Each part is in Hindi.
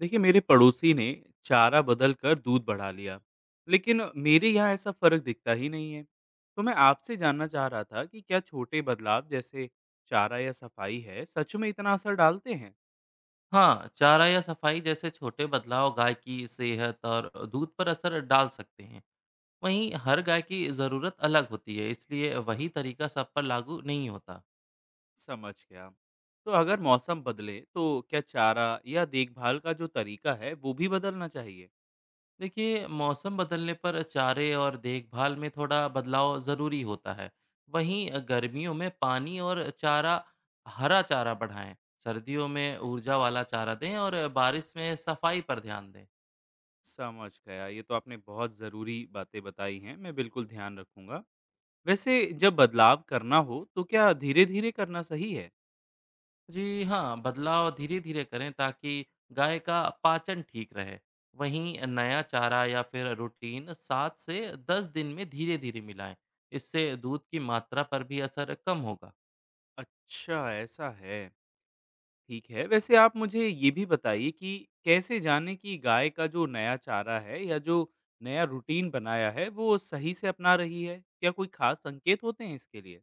देखिए, मेरे पड़ोसी ने चारा बदल कर दूध बढ़ा लिया, लेकिन मेरे यहाँ ऐसा फर्क दिखता ही नहीं है। तो मैं आपसे जानना चाह रहा था कि क्या छोटे बदलाव जैसे चारा या सफाई है, सच में इतना असर डालते हैं। हाँ, चारा या सफाई जैसे छोटे बदलाव गाय की सेहत और दूध पर असर डाल सकते हैं। वहीं हर गाय की ज़रूरत अलग होती है, इसलिए वही तरीका सब पर लागू नहीं होता। समझ गया। तो अगर मौसम बदले, तो क्या चारा या देखभाल का जो तरीका है, वो भी बदलना चाहिए। देखिए, मौसम बदलने पर चारे और देखभाल में थोड़ा बदलाव ज़रूरी होता है। वहीं गर्मियों में पानी और चारा हरा चारा बढ़ाएं, सर्दियों में ऊर्जा वाला चारा दें और बारिश में सफाई पर ध्यान दें। समझ गया, ये तो आपने बहुत ज़रूरी बातें बताई हैं, मैं बिल्कुल ध्यान रखूंगा। वैसे, जब बदलाव करना हो तो क्या धीरे धीरे करना सही है। जी हाँ, बदलाव धीरे-धीरे करें ताकि गाय का पाचन ठीक रहे। वहीं नया चारा या फिर रूटीन 7 से 10 दिन में धीरे-धीरे मिलाएं। इससे दूध की मात्रा पर भी असर कम होगा। अच्छा, ऐसा है। ठीक है, वैसे आप मुझे ये भी बताइए कि कैसे जानें कि गाय का जो नया चारा है या जो नया रूटीन बनाया है, वो सही से अपना रही है? क्या कोई खास संकेत होते हैं इसके लिए?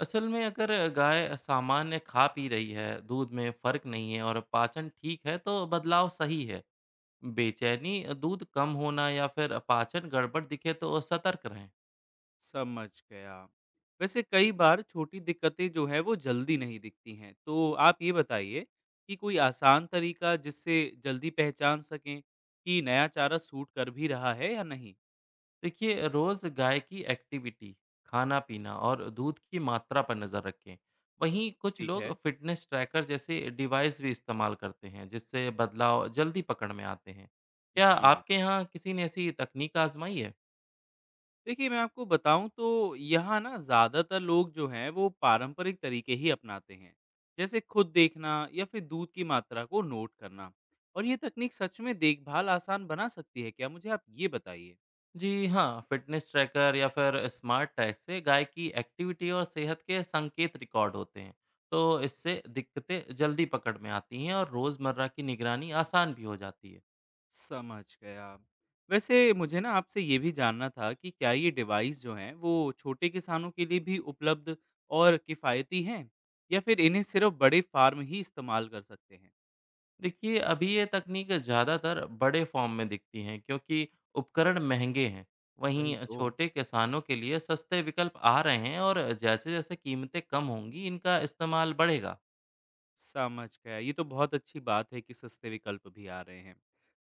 असल में अगर गाय सामान्य खा पी रही है, दूध में फर्क नहीं है और पाचन ठीक है तो बदलाव सही है। बेचैनी, दूध कम होना या फिर पाचन गड़बड़ दिखे तो सतर्क रहें। समझ गया। वैसे कई बार छोटी दिक्कतें जो हैं, वो जल्दी नहीं दिखती हैं। तो आप ये बताइए कि कोई आसान तरीका जिससे जल्दी पहचान सकें कि नया चारा सूट कर भी रहा है या नहीं? देखिए रोज गाय की एक्टिविटी, खाना पीना और दूध की मात्रा पर नजर रखें। वहीं कुछ ठीक लोग है। फिटनेस ट्रैकर जैसे डिवाइस भी इस्तेमाल करते हैं जिससे बदलाव जल्दी पकड़ में आते हैं। क्या जी। आपके यहाँ किसी ने ऐसी तकनीक आजमाई है? देखिए, मैं आपको बताऊँ तो यहाँ ना ज़्यादातर लोग जो हैं वो पारंपरिक तरीके ही अपनाते हैं। जैसे खुद देखना या फिर दूध की मात्रा को नोट करना। और ये तकनीक सच में देखभाल आसान बना सकती है क्या? मुझे आप ये बताइए। जी हाँ, फिटनेस ट्रैकर या फिर स्मार्ट टैग से गाय की एक्टिविटी और सेहत के संकेत रिकॉर्ड होते हैं। तो इससे दिक्कतें जल्दी पकड़ में आती हैं और रोजमर्रा की निगरानी आसान भी हो जाती है। समझ गया। वैसे मुझे ना आपसे ये भी जानना था कि क्या ये डिवाइस जो हैं वो छोटे किसानों के लिए भी उपलब्ध और किफ़ायती हैं? या फिर इन्हें सिर्फ़ बड़े फ़ार्म ही इस्तेमाल कर सकते हैं? देखिए, अभी ये तकनीक ज़्यादातर बड़े फॉर्म में दिखती हैं क्योंकि उपकरण महंगे हैं। वही वहीं तो। छोटे किसानों के लिए सस्ते विकल्प आ रहे हैं और जैसे-जैसे कीमतें कम होंगी, इनका इस्तेमाल बढ़ेगा। समझ गया। ये तो बहुत अच्छी बात है कि सस्ते विकल्प भी आ रहे हैं।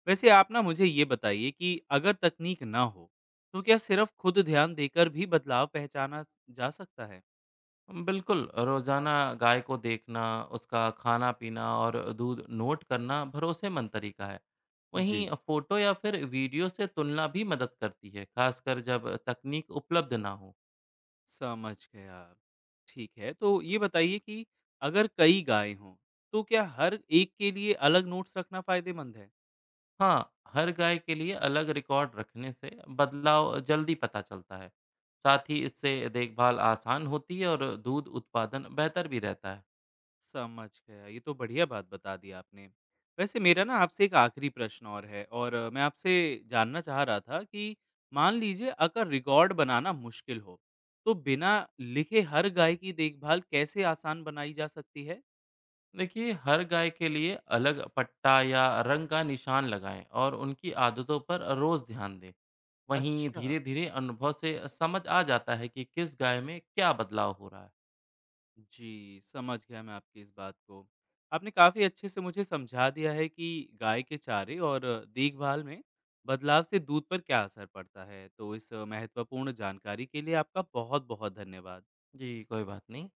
वैसे आप ना मुझे ये बताइए कि अगर तकनीक ना हो, तो क्या सिर्फ खुद ध्यान देकर भी बदलाव जा सकता है? बिल्कुल, रोज़ाना गाय को देखना, उसका खाना-पीना और दूध नोट करना भरोसेमंद तरीका है। वहीं जी, फ़ोटो या फिर वीडियो से तुलना भी मदद करती है, खासकर जब तकनीक उपलब्ध ना हो। समझ गया। ठीक है, तो ये बताइए कि अगर कई गायें हों, तो क्या हर एक के लिए अलग नोट्स रखना फायदेमंद है? हाँ, हर गाय के लिए अलग रिकॉर्ड रखने से बदलाव जल्दी पता चलता है। साथ ही इससे देखभाल आसान होती है और दूध उत्पादन बेहतर भी रहता है। समझ गया। ये तो बढ़िया बात बता दी आपने। वैसे मेरा ना आपसे एक आखिरी प्रश्न और है, और मैं आपसे जानना चाह रहा था कि मान लीजिए अगर रिकॉर्ड बनाना मुश्किल हो, तो बिना लिखे हर गाय की देखभाल कैसे आसान बनाई जा सकती है? देखिए, हर गाय के लिए अलग पट्टा या रंग का निशान लगाएं और उनकी आदतों पर रोज ध्यान दें। वहीं अच्छा। धीरे-धीरे अनुभव से समझ आ जाता है कि किस गाय में क्या बदलाव हो रहा है। जी, समझ गया मैं आपकी इस बात को। आपने काफ़ी अच्छे से मुझे समझा दिया है कि गाय के चारे और देखभाल में बदलाव से दूध पर क्या असर पड़ता है। तो इस महत्वपूर्ण जानकारी के लिए आपका बहुत-बहुत धन्यवाद। जी, कोई बात नहीं।